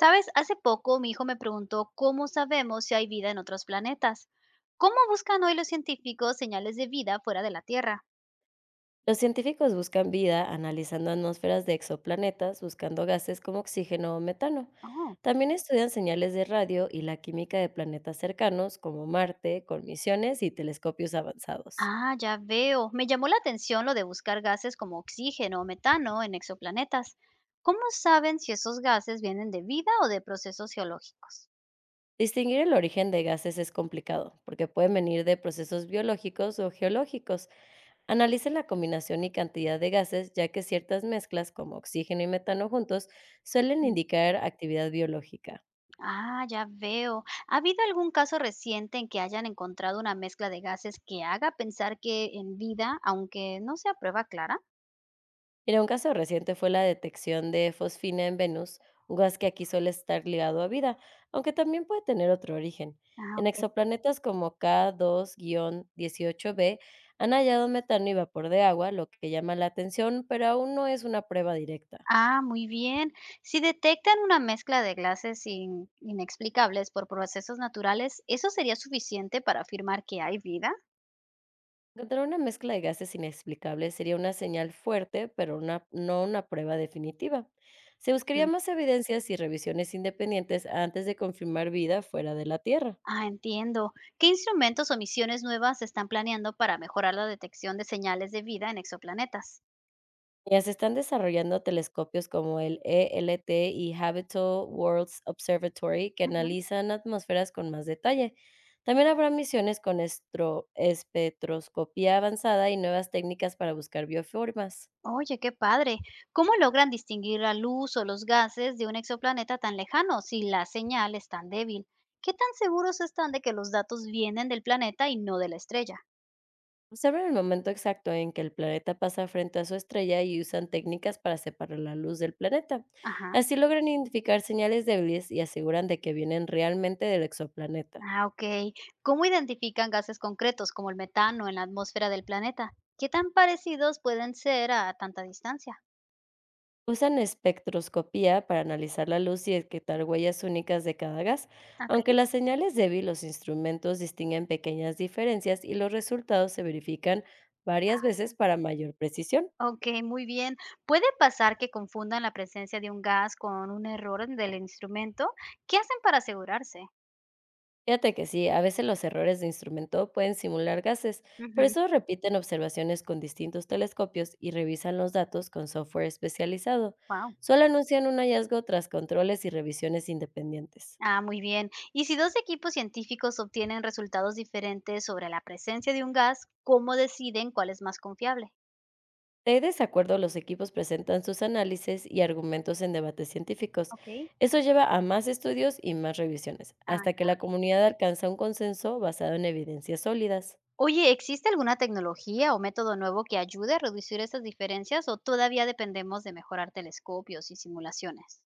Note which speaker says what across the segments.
Speaker 1: ¿Sabes? Hace poco mi hijo me preguntó cómo sabemos si hay vida en otros planetas. ¿Cómo buscan hoy los científicos señales de vida fuera de la Tierra?
Speaker 2: Los científicos buscan vida analizando atmósferas de exoplanetas, buscando gases como oxígeno o metano.
Speaker 1: Oh,
Speaker 2: También estudian señales de radio y la química de planetas cercanos como Marte, con misiones y telescopios avanzados.
Speaker 1: ah, ya veo. Me llamó la atención lo de buscar gases como oxígeno o metano en exoplanetas. ¿Cómo saben si esos gases vienen de vida o de procesos geológicos?
Speaker 2: Distinguir el origen de gases es complicado, porque pueden venir de procesos biológicos o geológicos. Analicen la combinación y cantidad de gases, ya que ciertas mezclas, como oxígeno y metano juntos, suelen
Speaker 1: Mm.
Speaker 2: indicar actividad biológica.
Speaker 1: Ah, ya veo. ¿Ha habido algún caso reciente en que hayan encontrado una mezcla de gases que haga pensar que en vida, aunque no sea prueba clara?
Speaker 2: Mira, un caso reciente fue la detección de fosfina en Venus, un gas que aquí suele estar ligado a vida, aunque también puede tener otro origen.
Speaker 1: Ah,
Speaker 2: En
Speaker 1: ok.
Speaker 2: exoplanetas como K2-18b han hallado metano y vapor de agua, lo que llama la atención, pero aún no es una prueba directa.
Speaker 1: Ah, muy bien. Si detectan una mezcla de gases inexplicables por procesos naturales, ¿eso sería suficiente para afirmar que hay vida?
Speaker 2: Encontrar una mezcla de gases inexplicables sería una señal fuerte, pero no una prueba definitiva. Se buscaría
Speaker 1: Mm.
Speaker 2: más evidencias y revisiones independientes antes de confirmar vida fuera de la Tierra.
Speaker 1: Ah, entiendo. ¿Qué instrumentos o misiones nuevas están planeando para mejorar la detección de señales de vida en exoplanetas?
Speaker 2: Ya se están desarrollando telescopios como el ELT y Habitable Worlds Observatory que
Speaker 1: Ujú.
Speaker 2: analizan atmósferas con más detalle. También habrá misiones con espectroscopía avanzada y nuevas técnicas para buscar bioformas.
Speaker 1: Oye, qué padre. ¿Cómo logran distinguir la luz o los gases de un exoplaneta tan lejano si la señal es tan débil? ¿Qué tan seguros están de que los datos vienen del planeta y no de la estrella?
Speaker 2: Observan el momento exacto en que el planeta pasa frente a su estrella y usan técnicas para separar la luz del planeta.
Speaker 1: Ajá.
Speaker 2: Así logran identificar señales débiles y aseguran de que vienen realmente del exoplaneta.
Speaker 1: Ah, ok. ¿Cómo identifican gases concretos como el metano en la atmósfera del planeta? ¿Qué tan parecidos pueden ser a tanta distancia?
Speaker 2: Usan espectroscopía para analizar la luz y detectar huellas únicas de cada gas. Aunque
Speaker 1: Ok,
Speaker 2: la señal es débil, los instrumentos distinguen pequeñas diferencias y los resultados se verifican varias veces para mayor precisión.
Speaker 1: ok, muy bien. ¿Puede pasar que confundan la presencia de un gas con un error del instrumento? ¿Qué hacen para asegurarse?
Speaker 2: Fíjate que sí, a veces los errores de instrumento pueden simular gases, por eso repiten observaciones con distintos telescopios y revisan los datos con software especializado.
Speaker 1: Wow.
Speaker 2: Solo anuncian un hallazgo tras controles y revisiones independientes.
Speaker 1: Ah, muy bien. Y si dos equipos científicos obtienen resultados diferentes sobre la presencia de un gas, ¿cómo deciden cuál es más confiable?
Speaker 2: De desacuerdo, los equipos presentan sus análisis y argumentos en debates científicos.
Speaker 1: Ok.
Speaker 2: Eso lleva a más estudios y más revisiones, hasta que la comunidad alcanza un consenso basado en evidencias sólidas.
Speaker 1: Oye, ¿existe alguna tecnología o método nuevo que ayude a reducir estas diferencias o todavía dependemos de mejorar telescopios y simulaciones?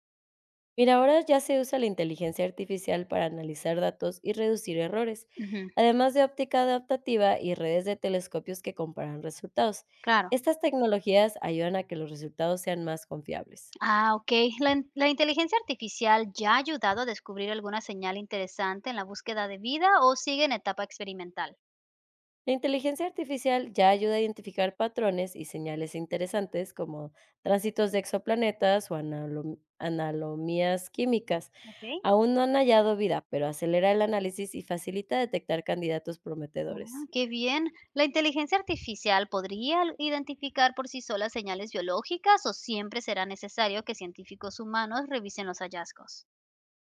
Speaker 2: Mira, ahora ya se usa la inteligencia artificial para analizar datos y reducir errores,
Speaker 1: Ujú,
Speaker 2: además de óptica adaptativa y redes de telescopios que comparan resultados.
Speaker 1: claro.
Speaker 2: Estas tecnologías ayudan a que los resultados sean más confiables.
Speaker 1: Ah, ok. La inteligencia artificial ya ha ayudado a descubrir alguna señal interesante en la búsqueda de vida o sigue en etapa experimental.
Speaker 2: La inteligencia artificial ya ayuda a identificar patrones y señales interesantes como tránsitos de exoplanetas o analomías químicas.
Speaker 1: Ok.
Speaker 2: Aún no han hallado vida, pero acelera el análisis y facilita detectar candidatos
Speaker 1: Ah,
Speaker 2: prometedores.
Speaker 1: qué bien. ¿La inteligencia artificial podría identificar por sí sola señales biológicas o siempre será necesario que científicos humanos revisen los hallazgos?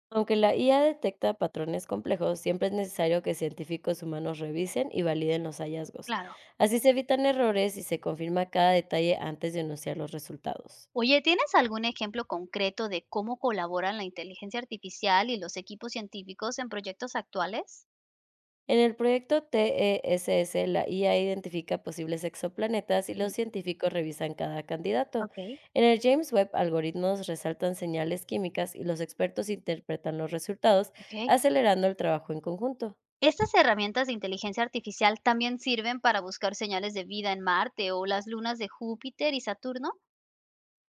Speaker 2: Aunque la IA detecta patrones complejos, siempre es necesario que científicos humanos revisen y validen los hallazgos.
Speaker 1: Claro.
Speaker 2: Así se evitan errores y se confirma cada detalle antes de anunciar los resultados.
Speaker 1: Oye, ¿tienes algún ejemplo concreto de cómo colaboran la inteligencia artificial y los equipos científicos en proyectos actuales?
Speaker 2: En el proyecto TESS, la IA identifica posibles exoplanetas y
Speaker 1: Ujú,
Speaker 2: los científicos revisan cada candidato.
Speaker 1: ok,
Speaker 2: En el James Webb, algoritmos resaltan señales químicas y los expertos interpretan los resultados,
Speaker 1: ok.
Speaker 2: acelerando el trabajo en conjunto.
Speaker 1: ¿Estas herramientas de inteligencia artificial también sirven para buscar señales de vida en Marte o las lunas de Júpiter y Saturno?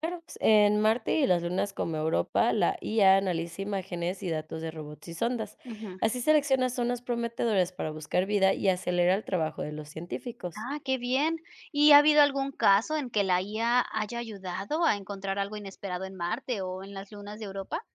Speaker 2: Claro, pues, en Marte y las lunas como Europa, la IA analiza imágenes y datos de robots y sondas.
Speaker 1: Ujú.
Speaker 2: Así selecciona zonas prometedoras para buscar vida y acelera el trabajo de los científicos.
Speaker 1: Ah, qué bien. ¿Y ha habido algún caso en que la IA haya ayudado a encontrar algo inesperado en Marte o en las lunas de Europa?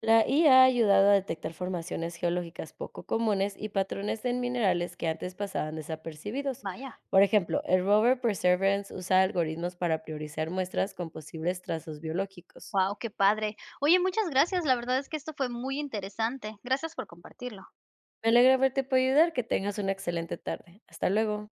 Speaker 2: La IA ha ayudado a detectar formaciones geológicas poco comunes y patrones en minerales que antes pasaban desapercibidos.
Speaker 1: Vaya,
Speaker 2: Por ejemplo, el rover Perseverance usa algoritmos para priorizar muestras con posibles trazos biológicos.
Speaker 1: wow, qué padre. Oye, muchas gracias. La verdad es que esto fue muy interesante. Gracias por compartirlo.
Speaker 2: Me alegra haberte podido ayudar, que tengas una excelente tarde. Hasta luego.